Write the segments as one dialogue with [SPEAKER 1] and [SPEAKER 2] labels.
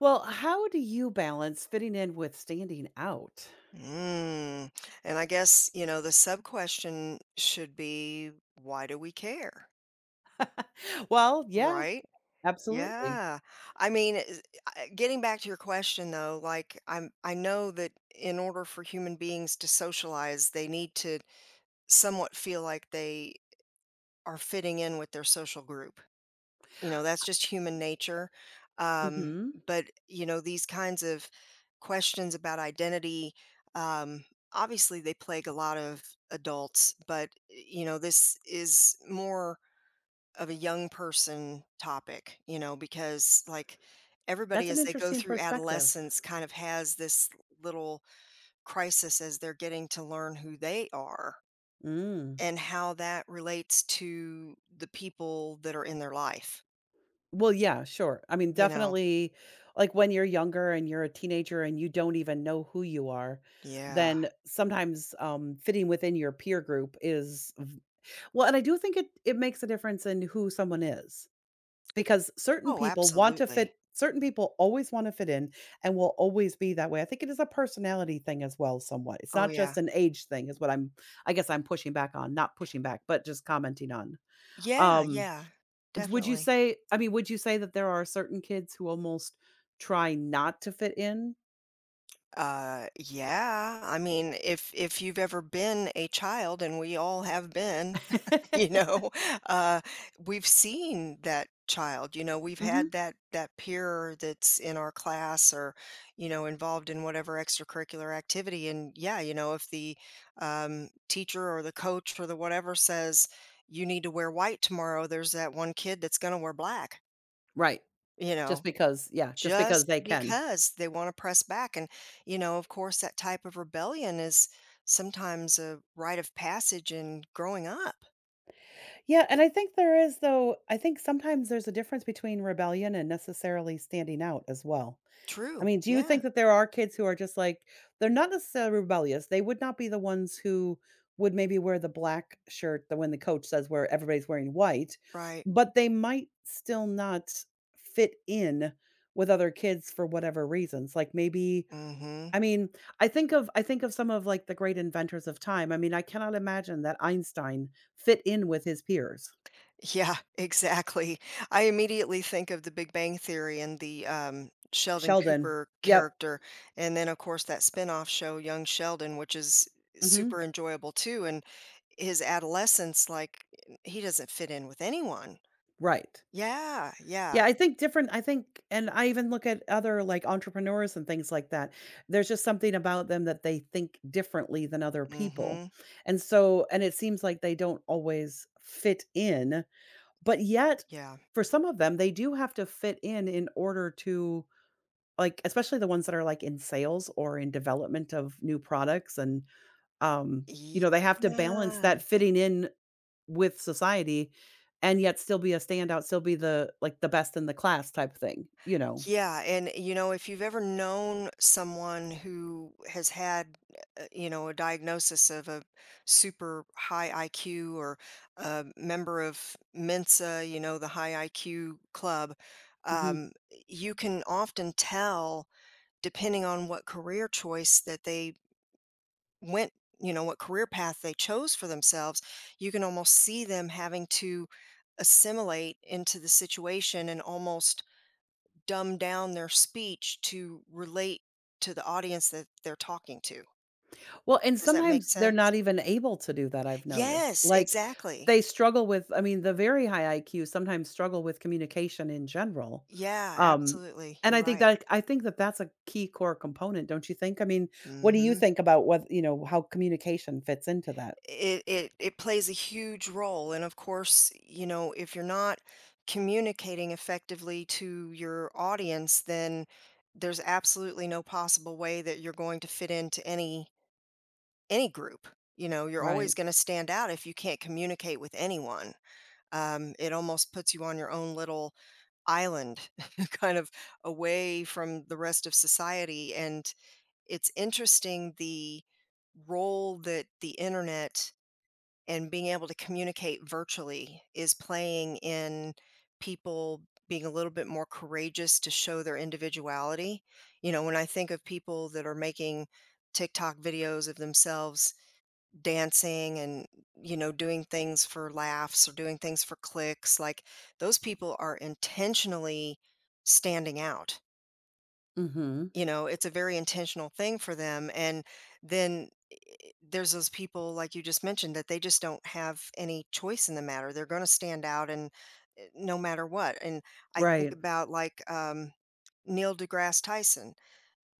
[SPEAKER 1] Well, how do you balance fitting in with standing out?
[SPEAKER 2] Mm. And I guess, you know, the sub question should be, why do we care?
[SPEAKER 1] Well, yeah,
[SPEAKER 2] Right?
[SPEAKER 1] absolutely.
[SPEAKER 2] Yeah. I mean, getting back to your question though, like I know that in order for human beings to socialize, they need to somewhat feel like they are fitting in with their social group. You know, that's just human nature. Um,
[SPEAKER 1] Mhm.
[SPEAKER 2] but, you know, these kinds of questions about identity, um, obviously they plague a lot of adults, but, you know, this is more of a young person topic, you know, because like
[SPEAKER 1] That's
[SPEAKER 2] everybody
[SPEAKER 1] an
[SPEAKER 2] as they go
[SPEAKER 1] interesting
[SPEAKER 2] through
[SPEAKER 1] perspective.
[SPEAKER 2] adolescence kind of has this little crisis as they're getting to learn who they are
[SPEAKER 1] Mm.
[SPEAKER 2] and how that relates to the people that are in their life,
[SPEAKER 1] Well, yeah, sure. I mean,
[SPEAKER 2] you know?
[SPEAKER 1] definitely like when you're younger and you're a teenager and you don't even know who you are,
[SPEAKER 2] Yeah.
[SPEAKER 1] then sometimes fitting within your peer group is well, and I do think it makes a difference in who someone is. Because
[SPEAKER 2] Oh, absolutely.
[SPEAKER 1] certain people always wanna fit in and will always be that way. I think it is a personality thing as well somewhat. It's
[SPEAKER 2] Oh,
[SPEAKER 1] not
[SPEAKER 2] yeah.
[SPEAKER 1] just an age thing is what I'm I guess, I'm pushing back on, not pushing back, but just commenting on.
[SPEAKER 2] Yeah,
[SPEAKER 1] Um,
[SPEAKER 2] yeah,
[SPEAKER 1] would you
[SPEAKER 2] definitely.
[SPEAKER 1] say, I mean, would you say that there are certain kids who almost try not to fit in?
[SPEAKER 2] Yeah, I mean, if you've ever been a child, and we all have been, you know, uh, we've seen that child, you know, we've had
[SPEAKER 1] Mhm.
[SPEAKER 2] that peer that's in our class or, you know, involved in whatever extracurricular activity. And yeah, you know, if the teacher or the coach or the whatever says you need to wear white tomorrow, there's that one kid that's going to wear black,
[SPEAKER 1] Right.
[SPEAKER 2] you
[SPEAKER 1] Just
[SPEAKER 2] know,
[SPEAKER 1] because, yeah, just because
[SPEAKER 2] just
[SPEAKER 1] they can.
[SPEAKER 2] because they want to press back. And, you know, of course, that type of rebellion is sometimes a rite of passage in growing up.
[SPEAKER 1] Yeah, and I think there is though I think sometimes there's a difference between rebellion and necessarily standing out as well. I
[SPEAKER 2] True.
[SPEAKER 1] mean, do you
[SPEAKER 2] Yeah.
[SPEAKER 1] think that there are kids who are just like they're not necessarily rebellious, they would not be the ones who would maybe wear the black shirt that when the coach says where everybody's wearing white,
[SPEAKER 2] Right.
[SPEAKER 1] but they might still not fit in with other kids for whatever reasons, like, maybe
[SPEAKER 2] Mm-hmm.
[SPEAKER 1] I mean, I think of some of, like, the great inventors of time. I mean, I cannot imagine that Einstein fit in with his peers.
[SPEAKER 2] Yeah, exactly. I immediately think of the Big Bang Theory and the Sheldon
[SPEAKER 1] Sheldon.
[SPEAKER 2] Cooper
[SPEAKER 1] Yep.
[SPEAKER 2] character. And then, of course, that spin-off show, Young Sheldon, which is
[SPEAKER 1] Mhm.
[SPEAKER 2] super enjoyable too. And his adolescence, like, he doesn't fit in with anyone.
[SPEAKER 1] Right.
[SPEAKER 2] Yeah. Yeah.
[SPEAKER 1] Yeah, I think, and I even look at other, like, entrepreneurs and things like that. There's just something about them that they think differently than other people.
[SPEAKER 2] Mm-hmm.
[SPEAKER 1] And it seems like they don't always fit in, but yet,
[SPEAKER 2] Yeah.
[SPEAKER 1] for some of them, they do have to fit in order to like, especially the ones that are, like, in sales or in development of new products and, um, you know, they have to balance
[SPEAKER 2] Yeah.
[SPEAKER 1] that fitting in with society and yet still be a standout, still be the, like, the best in the class type thing, you know?
[SPEAKER 2] Yeah, and, you know, if you've ever known someone who has had, you know, a diagnosis of a super high IQ or a member of Mensa, you know, the high IQ club,
[SPEAKER 1] Mhm.
[SPEAKER 2] um, you can often tell, depending on what career choice that they went you know what career path they chose for themselves, you can almost see them having to assimilate into the situation and almost dumb down their speech to relate to the audience that they're talking to.
[SPEAKER 1] Well, and
[SPEAKER 2] Does that make
[SPEAKER 1] sometimes they're
[SPEAKER 2] sense?
[SPEAKER 1] not even able to do that, I've noticed.
[SPEAKER 2] Yes,
[SPEAKER 1] Like,
[SPEAKER 2] exactly.
[SPEAKER 1] they struggle with, I mean, the very high IQ sometimes struggle with communication in general.
[SPEAKER 2] Yeah,
[SPEAKER 1] Um,
[SPEAKER 2] absolutely,
[SPEAKER 1] and
[SPEAKER 2] you're right.
[SPEAKER 1] I think that that's a key core component, don't you think? I mean, what do you
[SPEAKER 2] Mhm.
[SPEAKER 1] think about how communication fits into that?
[SPEAKER 2] It plays a huge role, and of course, you know, if you're not communicating effectively to your audience, then there's absolutely no possible way that you're going to fit into any group. You know, you're
[SPEAKER 1] Right.
[SPEAKER 2] always going to stand out if you can't communicate with anyone. It almost puts you on your own little island, kind of away from the rest of society. And it's interesting the role that the internet and being able to communicate virtually is playing in people being a little bit more courageous to show their individuality. You know, when I think of people that are making TikTok videos of themselves dancing and, you know, doing things for laughs or doing things for clicks, like those people are intentionally standing out.
[SPEAKER 1] Mhm.
[SPEAKER 2] You know, it's a very intentional thing for them. And then there's those people like you just mentioned that they just don't have any choice in the matter. They're going to stand out, and no matter what. And I think
[SPEAKER 1] Right.
[SPEAKER 2] about like Neil deGrasse Tyson,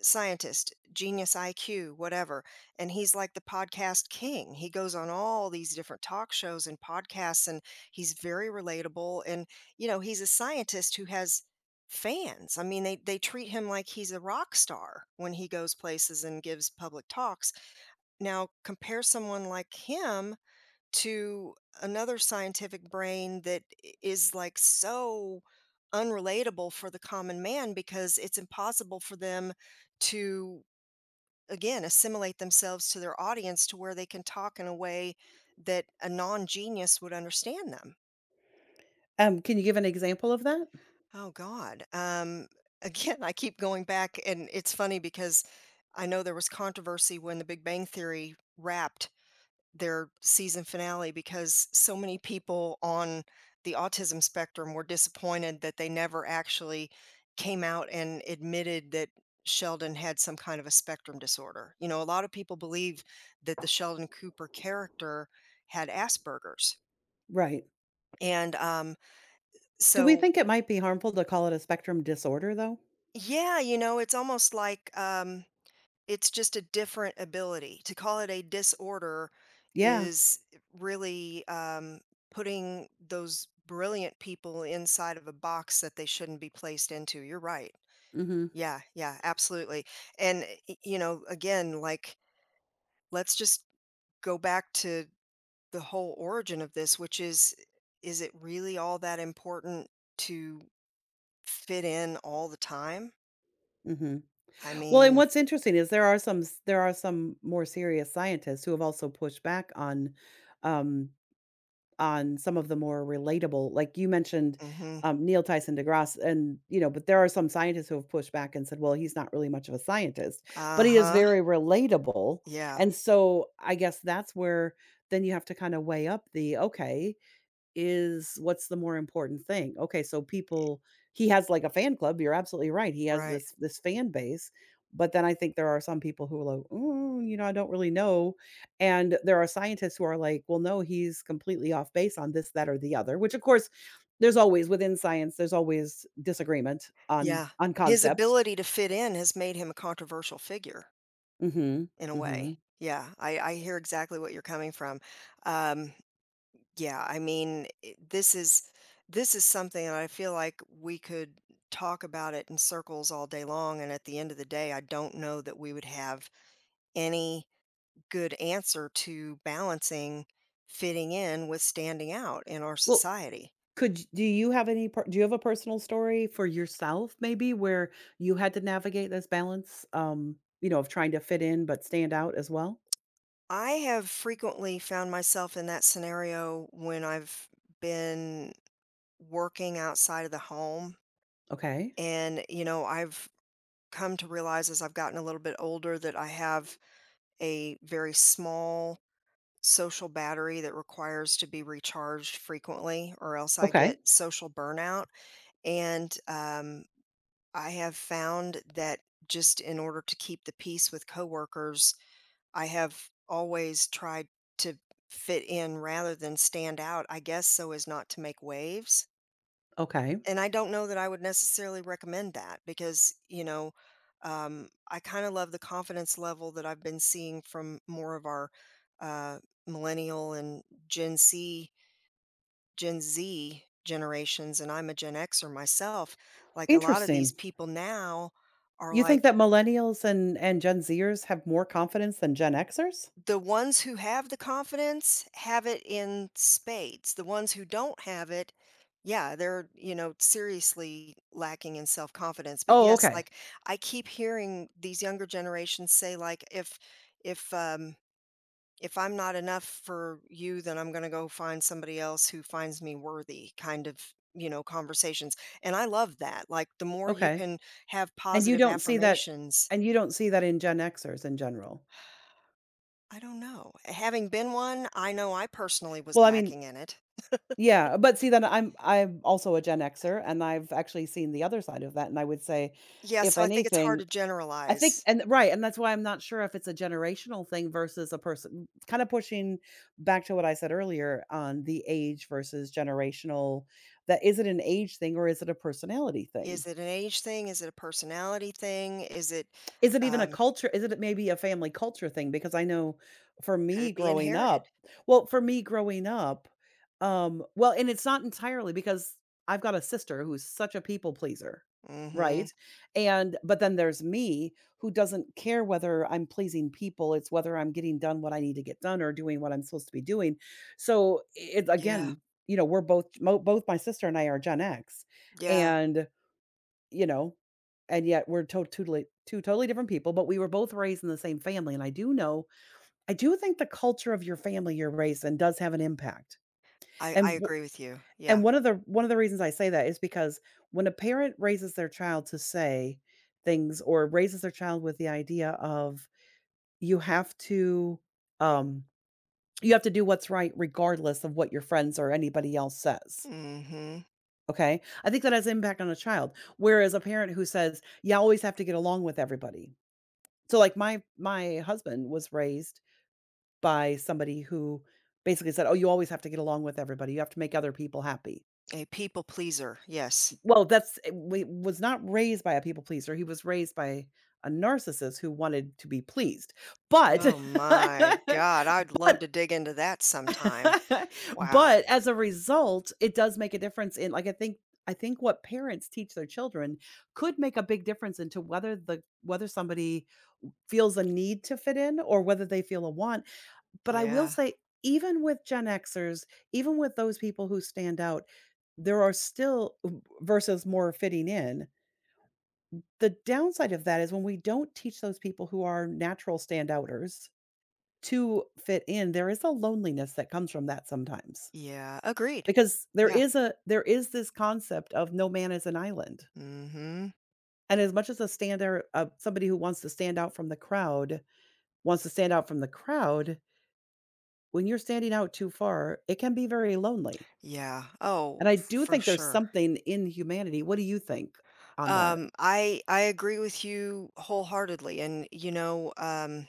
[SPEAKER 2] scientist, genius IQ, whatever. And he's like the podcast king. He goes on all these different talk shows and podcasts, and he's very relatable. And, you know, he's a scientist who has fans. I mean, they treat him like he's a rock star when he goes places and gives public talks. Now, compare someone like him to another scientific brain that is like so unrelatable for the common man, because it's impossible for them to, again, assimilate themselves to their audience to where they can talk in a way that a non genius would understand them.
[SPEAKER 1] Can you give an example of that?
[SPEAKER 2] Oh, God. Again, I keep going back, and it's funny because I know there was controversy when the Big Bang Theory wrapped their season finale, because so many people on the autism spectrum were disappointed that they never actually came out and admitted that Sheldon had some kind of a spectrum disorder. You know, a lot of people believe that the Sheldon Cooper character had Asperger's.
[SPEAKER 1] Right.
[SPEAKER 2] And
[SPEAKER 1] Do we
[SPEAKER 2] so,
[SPEAKER 1] think it might be harmful to call it a spectrum disorder, though?
[SPEAKER 2] yeah, you know, it's almost like, it's just a different ability. To call it a disorder
[SPEAKER 1] Yeah.
[SPEAKER 2] is really, putting those brilliant people inside of a box that they shouldn't be placed into. You're right.
[SPEAKER 1] Mhm,
[SPEAKER 2] Yeah, yeah, absolutely. And, y you know, again, like, let's just go back to the whole origin of this, which is it really all that important to fit in all the time?
[SPEAKER 1] mhm.
[SPEAKER 2] I
[SPEAKER 1] Well, and
[SPEAKER 2] mean,
[SPEAKER 1] what's interesting is there are some s there are some more serious scientists who have also pushed back um, on some of the more relatable, like you mentioned,
[SPEAKER 2] mhm.
[SPEAKER 1] Neil Tyson deGrasse, and, you know, but there are some scientists who have pushed back and said, "Well, he's not really much of a scientist," but he is
[SPEAKER 2] Uh-huh.
[SPEAKER 1] very relatable,
[SPEAKER 2] Yeah,
[SPEAKER 1] and so I guess that's where then you have to kinda weigh up the, "Okay, is what's the more important thing? Okay, so people he has like a fan club, you're absolutely right, he has
[SPEAKER 2] right.
[SPEAKER 1] this fan base, but then I think there are some people who are like, "Ooh, you know, I don't really know," and there are scientists who are like, "Well, no, he's completely off base on this, that, or the other," which, of course, there's always within science, there's always disagreement
[SPEAKER 2] Yeah.
[SPEAKER 1] on
[SPEAKER 2] His
[SPEAKER 1] concepts.
[SPEAKER 2] ability to fit in has made him a controversial figure,
[SPEAKER 1] Mhm,
[SPEAKER 2] in a way.
[SPEAKER 1] mhm.
[SPEAKER 2] Yeah, I hear exactly what you're coming from. Um, yeah, I mean, I this is something that I feel like we could talk about it in circles all day long, and at the end of the day, I don't know that we would have any good answer to balancing fitting in with standing out in our
[SPEAKER 1] Well
[SPEAKER 2] society.
[SPEAKER 1] Could y do you have any per do you have a personal story for yourself maybe where you had to navigate this balance, you know, of trying to fit in but stand out as well?
[SPEAKER 2] I have frequently found myself in that scenario when I've been working outside of the home.
[SPEAKER 1] Okay.
[SPEAKER 2] And, you know, I've come to realize as I've gotten a little bit older that I have a very small social battery that requires to be recharged frequently, or else I get
[SPEAKER 1] Okay.
[SPEAKER 2] social burnout. And I have found that just in order to keep the peace with coworkers, I have always tried to fit in rather than stand out, I guess, so as not to make waves.
[SPEAKER 1] Okay.
[SPEAKER 2] And I don't know that I would necessarily recommend that, because, you know, I kind of love the confidence level that I've been seeing from more of our uh, millennial and Gen C, Gen Z generations, and I'm a Gen Xer myself. Like a lot of these
[SPEAKER 1] Interesting.
[SPEAKER 2] people now are
[SPEAKER 1] You think that
[SPEAKER 2] like,
[SPEAKER 1] millennials and Gen Zers have more confidence than Gen Xers?
[SPEAKER 2] the ones who have the confidence have it in spades. The ones who don't have it, yeah, they're, you know, seriously lacking in self-confidence. But
[SPEAKER 1] Oh,
[SPEAKER 2] yes,
[SPEAKER 1] okay.
[SPEAKER 2] like I keep hearing these younger generations say like, if um if I'm not enough for you, then I'm going to go find somebody else who finds me worthy kind of, you know, conversations. And I love that. Like the more you
[SPEAKER 1] Okay.
[SPEAKER 2] can have
[SPEAKER 1] And you
[SPEAKER 2] positive
[SPEAKER 1] don't see that
[SPEAKER 2] affirmations.
[SPEAKER 1] and you don't see that in Gen Xers in general?
[SPEAKER 2] I don't know. Having been one, I know I personally was
[SPEAKER 1] Well, I mean
[SPEAKER 2] lacking in it.
[SPEAKER 1] yeah, but see then I'm also a Gen Xer, and I've actually seen the other side of that, and I would say,
[SPEAKER 2] Yeah,
[SPEAKER 1] if
[SPEAKER 2] so I think it's hard
[SPEAKER 1] anything,
[SPEAKER 2] to
[SPEAKER 1] I think
[SPEAKER 2] generalize.
[SPEAKER 1] and right, and that's why I'm not sure if it's a generational thing versus a person kind of pushing back to what I said earlier on the age versus generational, that is it an age thing or is it a personality thing?
[SPEAKER 2] Is it an age thing? Is it a personality thing? Is it, um,
[SPEAKER 1] Is it maybe a family culture thing? Because I know for
[SPEAKER 2] could
[SPEAKER 1] me
[SPEAKER 2] it be
[SPEAKER 1] growing
[SPEAKER 2] inherited?
[SPEAKER 1] up well, for me growing up, well, and it's not entirely because I've got a sister who's such a people pleaser, right?
[SPEAKER 2] Mhm.
[SPEAKER 1] And but then there's me who doesn't care whether I'm pleasing people, it's whether I'm getting done what I need to get done or doing what I'm supposed to be doing. So, it
[SPEAKER 2] Yeah,
[SPEAKER 1] again, you know, we're both, my sister and I are Gen X,
[SPEAKER 2] yeah.
[SPEAKER 1] and, you know and yet we're to totally two totally different people, but we were both raised in the same family, and I do think the culture of your family you're raised in does have an impact. And
[SPEAKER 2] I
[SPEAKER 1] w
[SPEAKER 2] agree with you. Yeah.
[SPEAKER 1] and one of the reasons I say that is because when a parent raises their child to say things or raises their child with the idea of you have to, um, you have to do what's right regardless of what your friends or anybody else says,
[SPEAKER 2] Mhm.
[SPEAKER 1] okay? I think that has impact on a child, whereas a parent who says, "You always have to get along with everybody." So, like, my husband was raised by somebody who basically said, "Oh, you always have to get along with everybody. You have to make other people happy."
[SPEAKER 2] A people pleaser. Yes.
[SPEAKER 1] Well, that's eh, we was not raised by a people pleaser. He was raised by a narcissist who wanted to be pleased. But
[SPEAKER 2] Oh my
[SPEAKER 1] but
[SPEAKER 2] god. I'd love to dig into that sometime. Wow.
[SPEAKER 1] but as a result, it does make a difference in, like, I think what parents teach their children could make a big difference into whether somebody feels a need to fit in or whether they feel a want. But I will
[SPEAKER 2] Yeah.
[SPEAKER 1] say, even with Gen Xers, even with those people who stand out, there are still versus more fitting in, the downside of that is when we don't teach those people who are natural standouters to fit in, there is a loneliness that comes from that sometimes.
[SPEAKER 2] Yeah. Agreed.
[SPEAKER 1] Because there
[SPEAKER 2] Yeah.
[SPEAKER 1] is a there is this concept of no man is an island.
[SPEAKER 2] Mhm.
[SPEAKER 1] And as much as a stander somebody who wants to stand out from the crowd wants to stand out from the crowd, when you're standing out too far, it can be very lonely.
[SPEAKER 2] Yeah. Oh,
[SPEAKER 1] And I do
[SPEAKER 2] for
[SPEAKER 1] think there's
[SPEAKER 2] sure.
[SPEAKER 1] something in humanity. What do you think on that?
[SPEAKER 2] I agree with you wholeheartedly, and you know,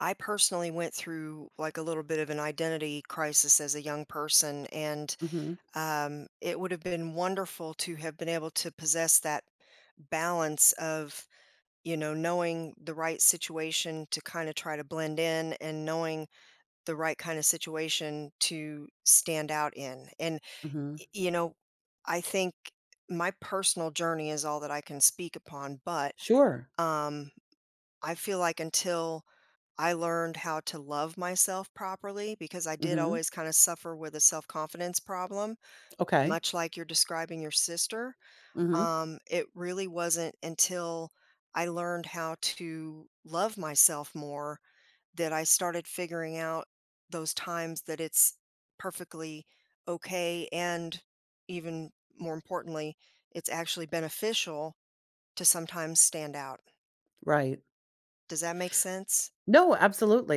[SPEAKER 2] I personally went through like a little bit of an identity crisis as a young person, and
[SPEAKER 1] Mhm,
[SPEAKER 2] it would have been wonderful to have been able to possess that balance of, you know, knowing the right situation to kind of try to blend in, and knowing the right kind of situation to stand out in. And
[SPEAKER 1] mhm.
[SPEAKER 2] you know, I think my personal journey is all that I can speak upon, but
[SPEAKER 1] Sure.
[SPEAKER 2] Um, I feel like until I learned how to love myself properly, because I did
[SPEAKER 1] Mhm.
[SPEAKER 2] always kind of suffer with a self confidence problem,
[SPEAKER 1] Okay.
[SPEAKER 2] much like you're describing your sister.
[SPEAKER 1] Mhm.
[SPEAKER 2] It really wasn't until I learned how to love myself more that I started figuring out those times that it's perfectly okay, and even more importantly, it's actually beneficial to sometimes stand out.
[SPEAKER 1] Right.
[SPEAKER 2] Does that make sense?
[SPEAKER 1] No,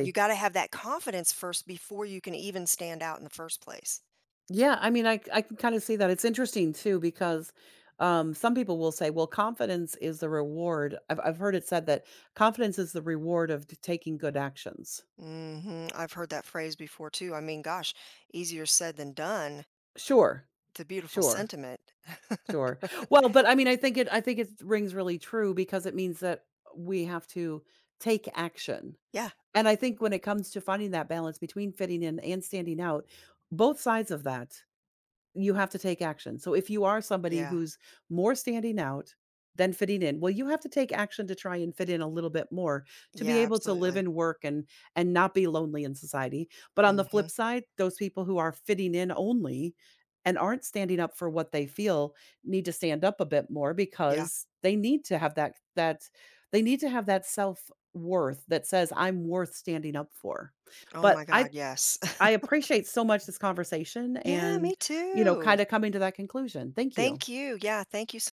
[SPEAKER 2] You gotta have that confidence first before you can even stand out in the first place.
[SPEAKER 1] Yeah, I mean, I can kinda see that. It's interesting too because, some people will say, "Well, confidence is the reward." I've heard it said that confidence is the reward of t taking good actions.
[SPEAKER 2] Mhm, I've heard that phrase before too. I mean, gosh, easier said than done.
[SPEAKER 1] Sure,
[SPEAKER 2] It's a beautiful
[SPEAKER 1] sure,
[SPEAKER 2] sentiment.
[SPEAKER 1] sure. Well, but I mean, I think it rings really true because it means that we have to take action.
[SPEAKER 2] Yeah,
[SPEAKER 1] And I think when it comes to finding that balance between fitting in and standing out, both sides of that you have to take action. So if you are somebody
[SPEAKER 2] yeah,
[SPEAKER 1] who's more standing out than fitting in, well, you have to take action to try and fit in a little bit more to be
[SPEAKER 2] yeah,
[SPEAKER 1] able to live
[SPEAKER 2] absolutely.
[SPEAKER 1] and work and not be lonely in society. But on the
[SPEAKER 2] Mhm,
[SPEAKER 1] flip side, those people who are fitting in only and aren't standing up for what they feel need to stand up a bit more
[SPEAKER 2] yeah.
[SPEAKER 1] because they need to have that that they need to have that self worth that says I'm worth standing up for.
[SPEAKER 2] Oh
[SPEAKER 1] But
[SPEAKER 2] my god, yes.
[SPEAKER 1] I appreciate so much this conversation
[SPEAKER 2] Yeah,
[SPEAKER 1] and,
[SPEAKER 2] me
[SPEAKER 1] you know,
[SPEAKER 2] too.
[SPEAKER 1] kinda coming to that conclusion. Thank you.
[SPEAKER 2] Thank you. Yeah, thank you so